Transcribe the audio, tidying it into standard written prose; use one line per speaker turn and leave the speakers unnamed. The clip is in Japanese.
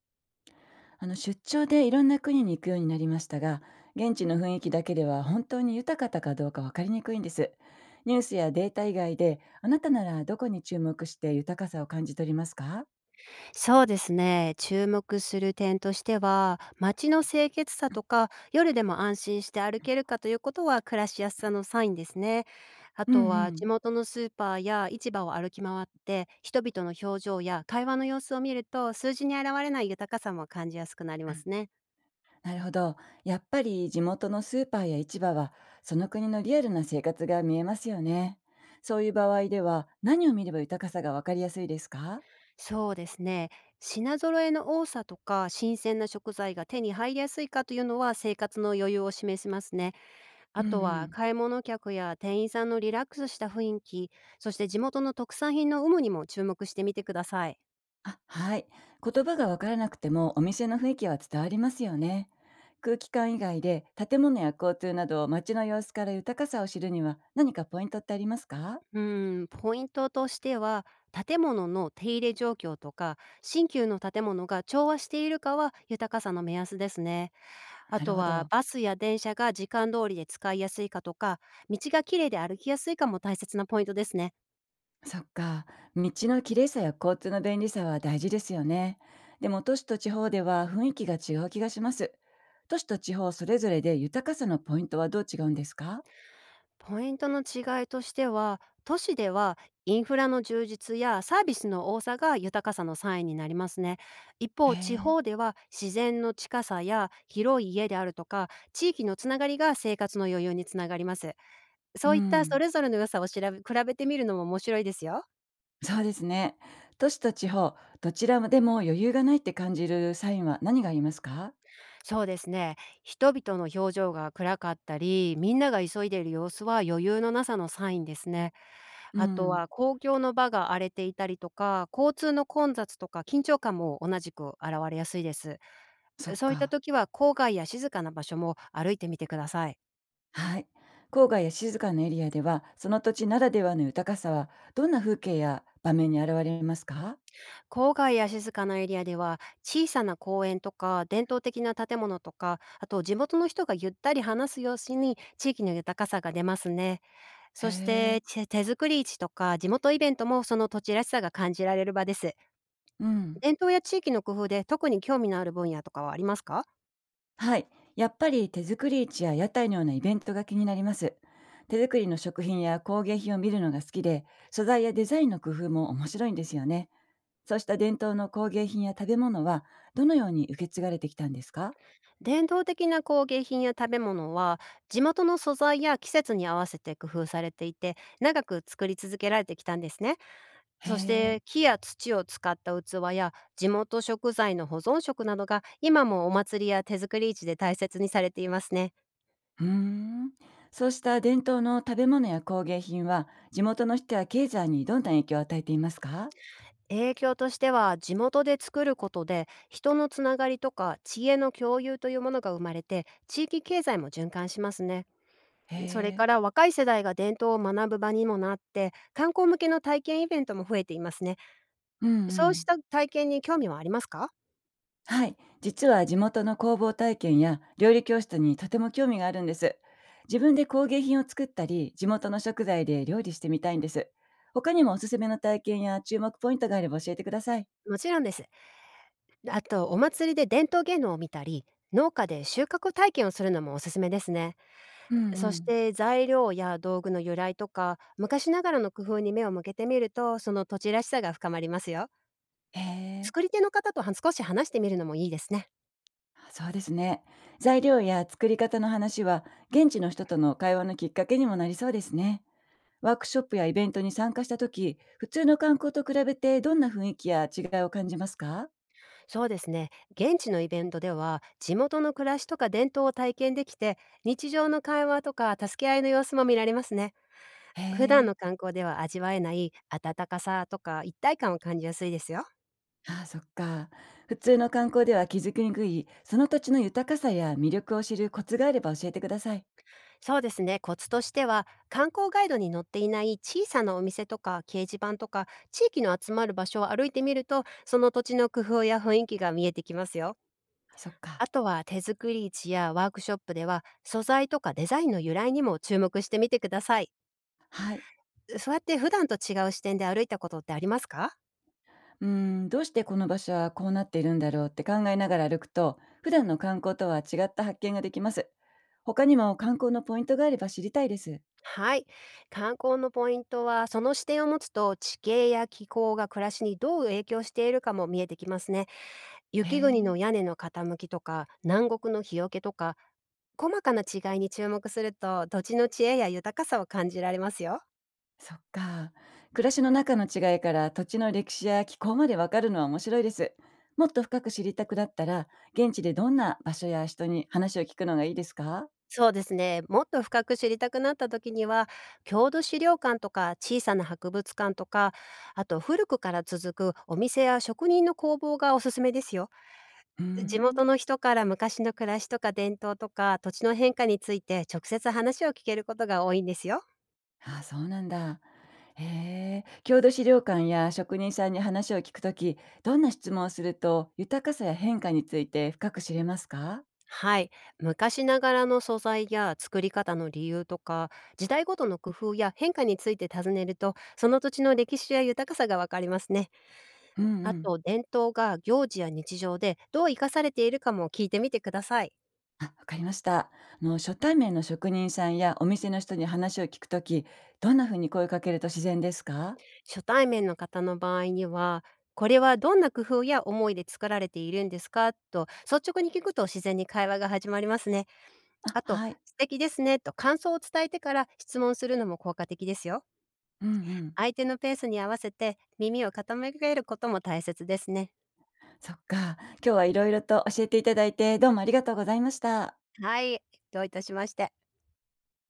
あの出張でいろんな国に行くようになりましたが、現地の雰囲気だけでは本当に豊かだかどうかわかりにくいんです。ニュースやデータ以外で、あなたならどこに注目して豊かさを感じ取りますか？
そうですね。注目する点としては、街の清潔さとか、夜でも安心して歩けるかということは暮らしやすさのサインですね。あ
うんう
とは地
ん。
元のスーパーや市場を歩き回って、人々の表情や会話の様子を見ると、数字に現れない豊かさも感じやすくなりますね。
なるほど。やっぱり地元のスーパーや市場は、その国のリアルな生活が見えますよね。そういう場合では、何を見れば豊かさがわかりやすいですか？
そうですね。品揃えの多さとか新鮮な食材が手に入りやすいかというのは生活の余裕を示しますね。
う
あと
んう
は
ん。
買い物客や店員さんのリラックスした雰囲気、そして地元の特産品の有無にも注目してみてください。
あ、はい。言葉がわからなくてもお店の雰囲気は伝わりますよね。空気感以外で建物や交通など街の様子から豊かさを知るには何かポイントってありますか？
うん、ポイントとしては、建物の手入れ状況とか新旧の建物が調和しているかは豊かさの目安ですね。あ
なる
と
ほ
は
ど。
バスや電車が時間通りで使いやすいかとか、道が綺麗で歩きやすいかも大切なポイントですね。
そっか。道の綺麗さや交通の便利さは大事ですよね。でも都市と地方では雰囲気が違う気がします。都市と地方それぞれで豊かさのポイントはどう違うんですか？
ポイントの違いとしては、都市ではインフラの充実やサービスの多さが豊かさのサインになりますね。一
へ
方、地
え。
方では自然の近さや広い家であるとか、地域のつながりが生活の余裕につながります。
う
そういったそ
ん。
れぞれの良さを調べ比べてみるのも面白いですよ。
そうですね。都市と地方、どちらでも余裕がないって感じるサインは何がありますか？
そうですね。人々の表情が暗かったり、みんなが急いでいる様子は余裕のなさのサインですね。
う
あとは
ん、
公共の場が荒れていたりとか、交通の混雑とか緊張感も同じく現れやすいです。
そっ
そういった
か。
時は郊外や静かな場所も歩いてみてください。
はい。郊外や静かなエリアでは、その土地ならではの豊かさは、どんな風景や場面に現れますか？
郊外や静かなエリアでは、小さな公園とか伝統的な建物とか、あと地元の人がゆったり話す様子に地域の豊かさが出ますね。
へ
そし
え。
て、手作り市とか地元イベントもその土地らしさが感じられる場です。
うん。
伝統や地域の工夫で特に興味のある分野とかはありますか？
はい。やっぱり手作り市や屋台のようなイベントが気になります。手作りの食品や工芸品を見るのが好きで、素材やデザインの工夫も面白いんですよね。そうした伝統の工芸品や食べ物はどのように受け継がれてきたんですか？
伝統的な工芸品や食べ物は、地元の素材や季節に合わせて工夫されていて長く作り続けられてきたんですね。
へ
そし
え。
て木や土を使った器や地元食材の保存食などが今もお祭りや手作り市で大切にされていますね。
うーん。そうした伝統の食べ物や工芸品は地元の人や経済にどんな影響を与えていますか？
影響としては、地元で作ることで人のつながりとか知恵の共有というものが生まれて地域経済も循環しますね。
へ
それか
え。
ら若い世代が伝統を学ぶ場にもなって観光向けの体験イベントも増えていますね。
うんう
そうし
ん。
た体験に興味はありますか？
はい。実は地元の工房体験や料理教室にとても興味があるんです。自分で工芸品を作ったり、地元の食材で料理してみたいんです。他にもおすすめの体験や注目ポイントがあれば教えてください。
もちろんです。あとお祭りで伝統芸能を見たり、農家で収穫体験をするのもおすすめですね。
うん
そ
う
し
ん。
て材料や道具の由来とか昔ながらの工夫に目を向けてみると、その土地らしさが深まりますよ。
へえ。
作り手の方とは少し話してみるのもいいですね。
そうですね。材料や作り方の話は、現地の人との会話のきっかけにもなりそうですね。ワークショップやイベントに参加した時、普通の観光と比べてどんな雰囲気や違いを感じますか？
そうですね。現地のイベントでは地元の暮らしとか伝統を体験できて、日常の会話とか助け合いの様子も見られますね。
へ
普段
え。
の観光では味わえない温かさとか一体感を感じやすいですよ。
ああ、そっか。普通の観光では気づきにくい、その土地の豊かさや魅力を知るコツがあれば教えてください。
そうですね。コツとしては、観光ガイドに載っていない小さなお店とか掲示板とか地域の集まる場所を歩いてみると、その土地の工夫や雰囲気が見えてきますよ。
あそっか。
あとは手作り市やワークショップでは素材とかデザインの由来にも注目してみてください。
はい。
そうやって普段と違う視点で歩いたことってありますか？
うーん、どうしてこの場所はこうなっているんだろうって考えながら歩くと、普段の観光とは違った発見ができます。他にも観光のポイントがあれば知りたいです。
はい。観光のポイントは、その視点を持つと地形や気候が暮らしにどう影響しているかも見えてきますね。
へ
雪国
え、
の屋根の傾きとか南国の日よけとか、細かな違いに注目すると土地の知恵や豊かさを感じられますよ。
そっか。暮らしの中の違いから土地の歴史や気候までわかるのは面白いです。もっと深く知りたくなったら、現地でどんな場所や人に話を聞くのがいいですか？
そうですね。もっと深く知りたくなった時には、郷土資料館とか小さな博物館とか、あと古くから続くお店や職人の工房がおすすめですよ。
うー
地
ん。
元の人から昔の暮らしとか伝統とか土地の変化について直接話を聞けることが多いんですよ。
ああ、そうなんだ。へえ。郷土資料館や職人さんに話を聞くとき、どんな質問をすると、豊かさや変化について深く知れますか？
はい。昔ながらの素材や作り方の理由とか、時代ごとの工夫や変化について尋ねると、その土地の歴史や豊かさがわかりますね。
うん
あ
うん。
と、伝統が行事や日常でどう生かされているかも聞いてみてください。
あ、わかりました。あの初対面の職人さんやお店の人に話を聞くとき、どんなふうに声かけると自然ですか？
初対面の方の場合には、これはどんな工夫や思いで作られているんですかと率直に聞くと自然に会話が始まりますね。
あ、
あと、
はい。
素敵ですねと感想を伝えてから質問するのも効果的ですよ。
うんうん。
相手のペースに合わせて耳を傾けることも大切ですね。
そっか。今日はいろいろと教えていただいて、どうもありがとうございました。
はい、どういたしまして。